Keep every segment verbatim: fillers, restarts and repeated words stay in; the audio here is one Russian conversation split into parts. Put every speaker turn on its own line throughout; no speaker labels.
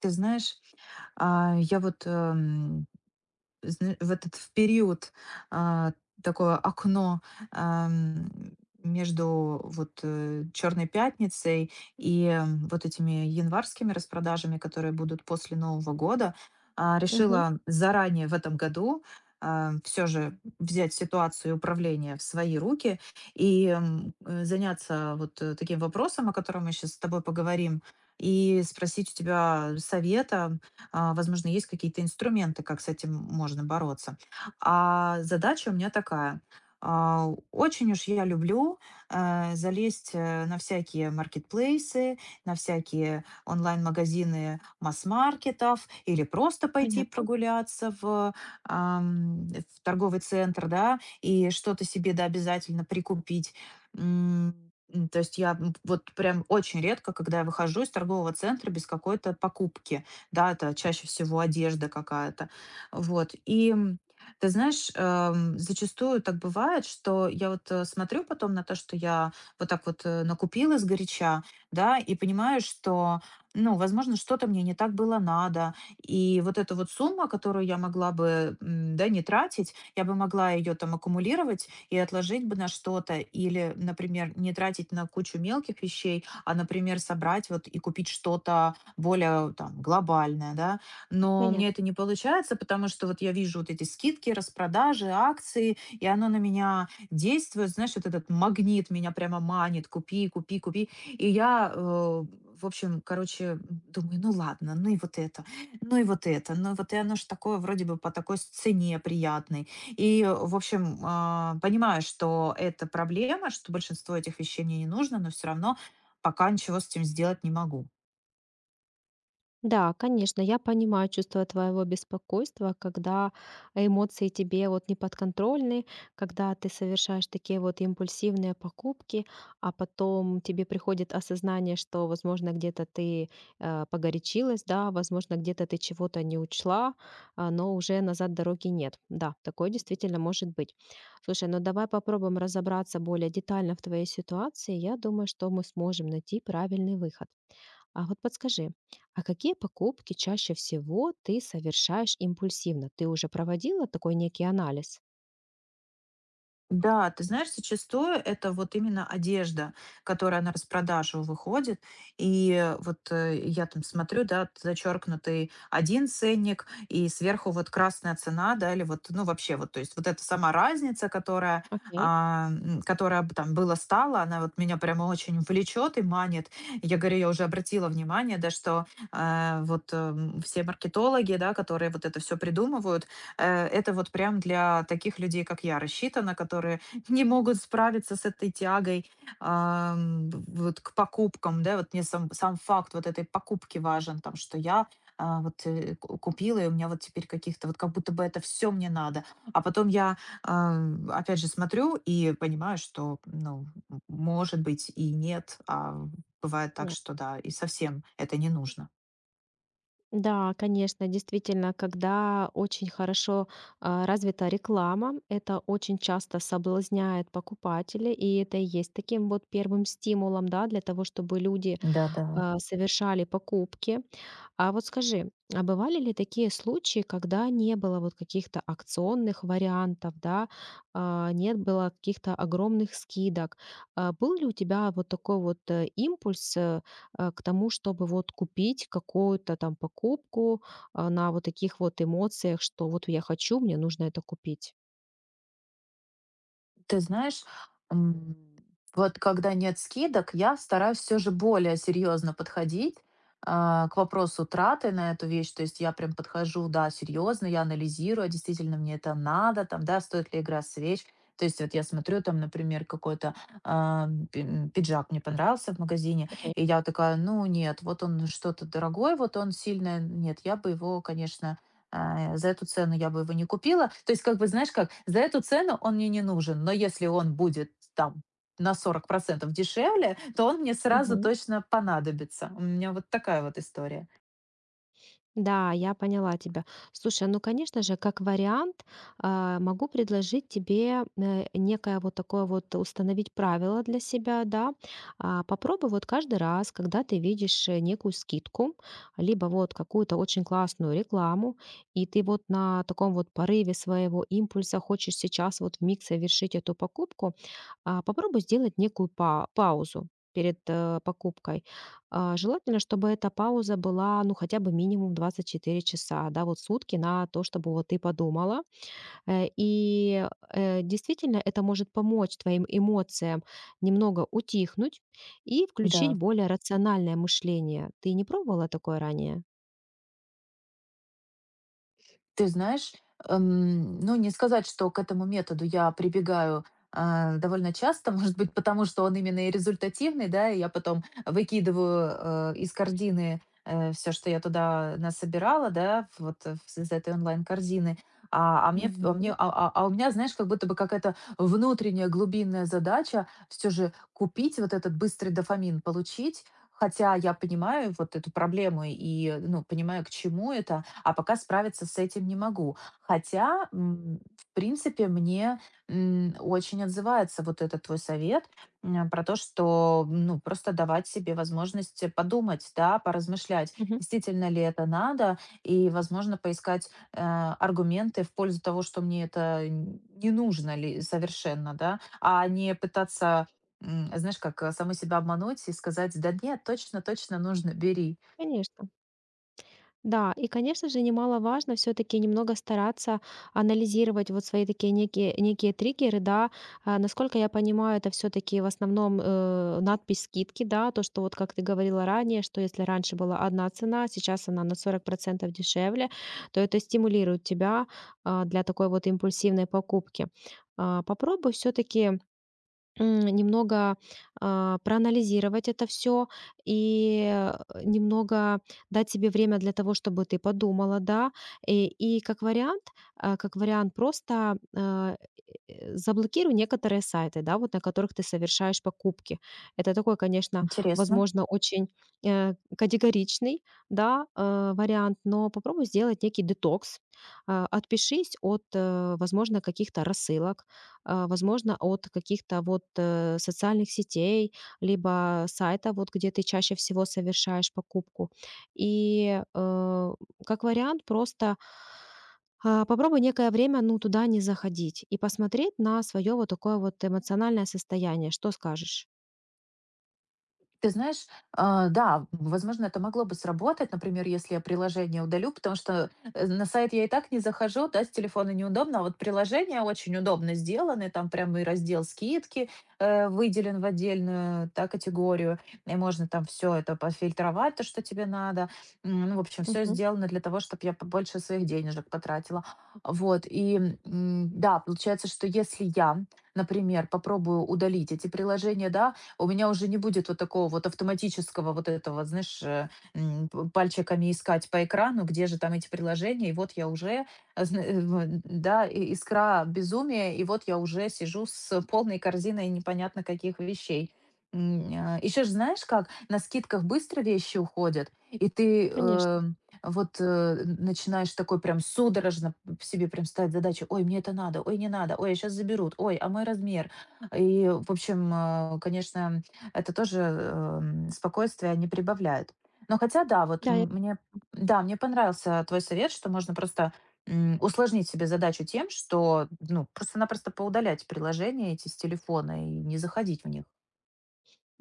Ты знаешь, а, я вот, эм, зна в этот в период, а, такое окно, ам, между вот э, "Черной пятницей" и м, вот этими январскими распродажами, которые будут после Нового года, а,
Мгм.
решила заранее в этом году все же взять ситуацию управления в свои руки и м, э, заняться вот э, таким вопросом, о котором мы сейчас с тобой поговорим, и спросить у тебя совета. А, возможно, есть какие-то инструменты, как с этим можно бороться. А задача у меня такая. А, Очень уж я люблю э, залезть э, на всякие маркетплейсы, на всякие онлайн-магазины масс-маркетов или просто пойти
Понятно,
прогуляться в, ам, в торговый центр, да, и что-то себе, да, обязательно прикупить. М, м, То есть я м, вот прям очень редко, когда я выхожу из торгового центра без какой-то покупки, да, это чаще всего одежда какая-то. Вот. И м, ты знаешь, эм, зачастую так бывает, что я вот э, смотрю потом на то, что я вот так вот э, накупила сгоряча, да, и понимаю, что, ну, возможно, что-то мне не так было надо. И вот эта вот сумма, которую я могла бы, м, да, не тратить, я бы могла ее там аккумулировать и отложить бы на что-то. Или, например, не тратить на кучу мелких вещей, а, например, собрать вот и купить что-то более там глобальная, да. Но мне это
понятно.
не получается, потому что вот я вижу вот эти скидки, распродажи, акции, и оно на меня действует, знаешь, вот этот магнит меня прямо манит, купи, купи, купи. И я, э, в общем, короче, думаю, ну ладно, ну и вот это, ну и вот это, ну вот и оно же такое вроде бы по такой цене приятной. И, э, в общем, а, понимаю, что это проблема, что большинство этих вещей мне не нужно, но все равно пока ничего с этим сделать не могу.
Да, конечно, я понимаю чувство твоего беспокойства, когда эмоции тебе вот не подконтрольны, когда ты совершаешь такие вот импульсивные покупки, а потом тебе приходит осознание, что, возможно, где-то ты э, погорячилась, да, возможно, где-то ты чего-то не учла, а, но уже назад дороги нет. Да, такое действительно может быть. Слушай, ну давай попробуем разобраться более детально в твоей ситуации. Я думаю, что мы сможем найти правильный выход. А вот подскажи, а какие покупки чаще всего ты совершаешь импульсивно? Ты уже проводила такой некий анализ?
Да, ты знаешь, зачастую это вот именно одежда, которая на распродажу выходит. И э, вот э, я там смотрю, да, зачеркнутый один ценник, и сверху вот красная цена, да, или вот, ну, вообще вот, то есть вот эта сама разница, которая,
Окей.
а, м, которая б- там было-стала, она вот меня прямо очень влечет и манит. Я говорю, я уже обратила внимание, да, что э, вот э, м, все маркетологи, да, которые вот это все придумывают. Э, это вот прям для таких людей, как я, рассчитано, которые не могут справиться с этой тягой, ам, вот к покупкам, да. Вот мне сам сам факт вот этой покупки важен, там, что я, а, вот, э, ку купила, и у меня вот теперь каких-то вот как будто бы это все мне надо. А потом я, ам, опять же смотрю и понимаю, что, ну, м может быть, и нет. А бывает так,
Понятно.
что да, и совсем это не нужно.
Да, конечно, действительно, когда очень хорошо а, развита реклама, это очень часто соблазняет покупателя, и это и есть таким вот первым стимулом, да, для того, чтобы люди
Да-да.
а, совершали покупки. А вот скажи, а бывали ли такие случаи, когда не было вот каких-то акционных вариантов, да, а, нет было каких-то огромных скидок? А, Был ли у тебя вот такой вот э, импульс э, э, к тому, чтобы вот купить какую-то там покупку а, на вот таких вот эмоциях, что вот я хочу, мне нужно это купить?
Ты знаешь, м, вот когда нет скидок, я стараюсь все же более серьезно подходить а, к вопросу траты на эту вещь. То есть я прям подхожу, да, серьезно, я анализирую, а действительно мне это надо, там, да, стоит ли игра свеч. То есть вот я смотрю, там, например, какой-то а, пи- м, пиджак мне понравился в магазине,
Окей.
и я такая, ну нет, вот он что-то дорогой, вот он сильно, нет, я бы его, конечно, э, за эту цену я бы его не купила. То есть, как бы, знаешь как, за эту цену он мне не нужен, но если он будет там на сорок процентов дешевле, то он мне сразу точно понадобится. У меня вот такая вот история.
Да, я поняла тебя. Слушай, а, ну, конечно же, как вариант, а, могу предложить тебе э, некое вот такое вот установить правило для себя, да. А, Попробуй вот каждый раз, когда ты видишь э, некую скидку, либо вот какую-то очень классную рекламу, и ты вот на таком вот порыве своего импульса хочешь сейчас вот в миг совершить эту покупку, а, попробуй сделать некую па- паузу перед э, покупкой, а, желательно, чтобы эта пауза была, ну, хотя бы минимум двадцать четыре часа, да, вот сутки на то, чтобы вот ты подумала. Э, и э, действительно это может помочь твоим эмоциям немного утихнуть и включить
Да.
более рациональное мышление. Ты не пробовала такое ранее?
Ты знаешь, эм, ну, не сказать, что к этому методу я прибегаю, а, довольно часто, может быть, потому что он именно и результативный, да, и я потом выкидываю, э, из корзины все, что я туда насобирала, да, вот, э, из этой онлайн-корзины. А, а мне а мне а
Мгм.
а а у меня, знаешь, как будто бы какая-то внутренняя глубинная задача все же купить вот этот быстрый дофамин, получить. Хотя я понимаю вот эту проблему и, ну, понимаю, к чему это, а пока справиться с этим не могу. Хотя, м, в принципе, мне м, очень отзывается вот этот твой совет, м, про то, что, ну, просто давать себе возможность подумать, да, поразмышлять,
Мгм.
действительно ли это надо, и, возможно, поискать э, аргументы в пользу того, что мне это н- не нужно ли совершенно, да, а не пытаться, м, знаешь, как э, самой себя обмануть и сказать: да нет, точно, точно нужно, бери.
Конечно. Да, и, конечно же, немаловажно все таки немного стараться анализировать вот свои такие некие, некие триггеры, да. А, Насколько я понимаю, это все таки в основном э, надпись скидки, да, то, что вот как ты говорила ранее, что если раньше была одна цена, сейчас она на сорок процентов дешевле, то это стимулирует тебя а, для такой вот импульсивной покупки. А, Попробуй все-таки, М, немного, а, проанализировать это все и, э, немного дать себе время для того, чтобы ты подумала, да. И и как вариант, а, как вариант, просто, а, э, заблокируй некоторые сайты, да, вот на которых ты совершаешь покупки. Это такой, конечно,
Интересно.
возможно, очень, э, категоричный, да, э, вариант, но попробуй сделать некий детокс. А, отпишись от, э, возможно, каких-то рассылок, а, возможно, от каких-то вот, э, социальных сетей, либо сайта, вот где ты чаще всего совершаешь покупку. И, э, как вариант, просто, а, попробуй некое время, ну, туда не заходить и посмотреть на свое вот такое вот эмоциональное состояние. Что скажешь?
Ты знаешь, а, да, возможно, это могло бы сработать, например, если я приложение удалю, потому что э, на сайт я и так не захожу, да, с телефона неудобно, а вот приложения очень удобно сделаны, там прямо и раздел скидки э, выделен в отдельную, да, категорию, и можно там все это пофильтровать, то, что тебе надо. М, Ну, в общем, все
Мгм.
сделано для того, чтобы я побольше своих денежек потратила. Вот, и м, да, получается, что если я, например, попробую удалить эти приложения, да, у меня уже не будет вот такого вот автоматического вот этого, знаешь, э, м, п- пальчиками искать по экрану, где же там эти приложения, и вот я уже, а, зна- э, в- да, и- искра безумия, и вот я уже сижу с полной корзиной непонятно каких вещей. Еще же знаешь как, на скидках быстро вещи уходят, и ты, э,
Конечно.
вот, э, начинаешь такой прям судорожно, п- себе прям ставить задачу: ой, мне это надо, ой, не надо, ой, сейчас заберут, ой, а мой размер, и, в общем, э, конечно, это тоже, эм, спокойствия не прибавляет. Но хотя да, вот
Да,
м мне да, мне понравился твой совет, что можно просто, м, усложнить себе задачу тем, что, ну, просто-напросто поудалять приложения эти с телефона и не заходить в них.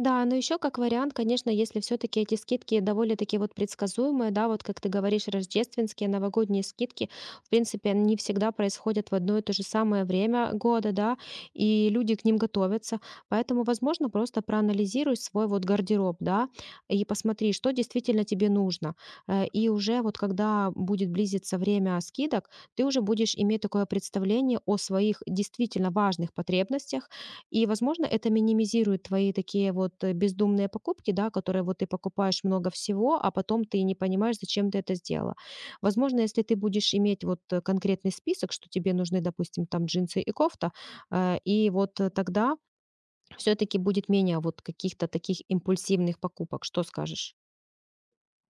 да, но еще как вариант, конечно, если все-таки эти скидки довольно-таки вот предсказуемые, да, вот как ты говоришь, рождественские, новогодние скидки, в принципе, они всегда происходят в одно и то же самое время года, да, и люди к ним готовятся. Поэтому, возможно, просто проанализируй свой вот гардероб, да, и посмотри, что действительно тебе нужно. Э, И уже вот когда будет близиться время скидок, ты уже будешь иметь такое представление о своих действительно важных потребностях, и, возможно, это минимизирует твои такие вот э, бездумные покупки, да, которые вот ты покупаешь много всего, а потом ты не понимаешь, зачем ты это сделала. Возможно, если ты будешь иметь вот э, конкретный список, что тебе нужны, допустим, там джинсы и кофта, э, и вот э, тогда все-таки будет менее вот каких-то таких импульсивных покупок. Что скажешь?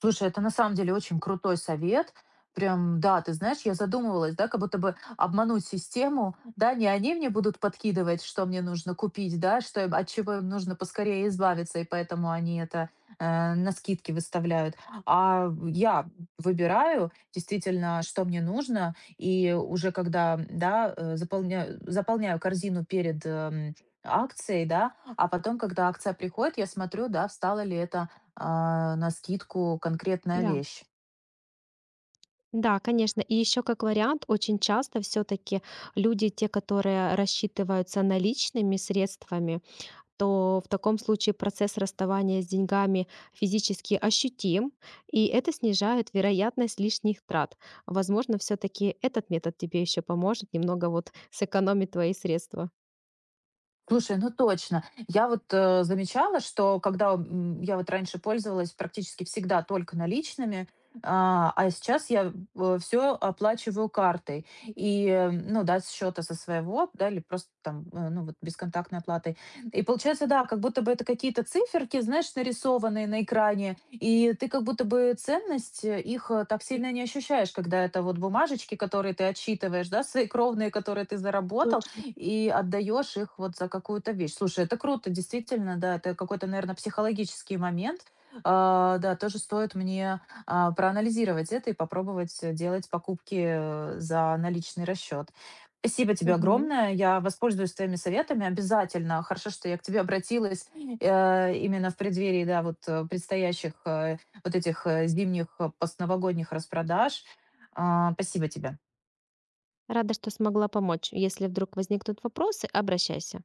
Слушай, это на самом деле очень крутой совет. Прям, да, ты знаешь, я задумывалась, да, как будто бы обмануть систему, да, не они мне будут подкидывать, что мне нужно купить, да, что, им- от чего им нужно поскорее избавиться, и поэтому они это э, на скидки выставляют. А я выбираю действительно, что мне нужно, и уже когда, да, э, заполняю, заполняю корзину перед, эм, акцией, да, а потом, когда акция приходит, я смотрю, да, встала ли это а, на скидку конкретная
Да,
вещь.
да, конечно. И еще как вариант, очень часто все-таки люди, те, которые рассчитываются наличными средствами, то в таком случае процесс расставания с деньгами физически ощутим, и это снижает вероятность лишних трат. Возможно, все-таки этот метод тебе еще поможет немного вот сэкономить твои средства.
Слушай, ну точно. Я вот, э, замечала, что когда, м, я вот раньше пользовалась практически всегда только наличными, а, а сейчас я все оплачиваю картой. И, э, ну да, с счета со своего, да, или просто там, э, ну вот бесконтактной оплатой. И получается, да, как будто бы это какие-то циферки, знаешь, нарисованные на экране, и ты как будто бы ценность э, их э, так сильно не ощущаешь, когда это вот бумажечки, которые ты отчитываешь, да, свои кровные, которые ты заработал
Точно.
и отдаешь их вот за какую-то вещь. Слушай, это круто, действительно, да, это какой-то, наверное, психологический момент. А, да, тоже стоит мне а, проанализировать это и попробовать э, делать покупки э, за наличный расчет. Спасибо тебе
Мгм.
огромное. Я воспользуюсь твоими советами обязательно. Хорошо, что я к тебе обратилась э, именно в преддверии, да, вот э, предстоящих э, вот этих э, зимних э, постновогодних распродаж. А, спасибо тебе.
Рада, что смогла помочь. Если вдруг возникнут вопросы, обращайся.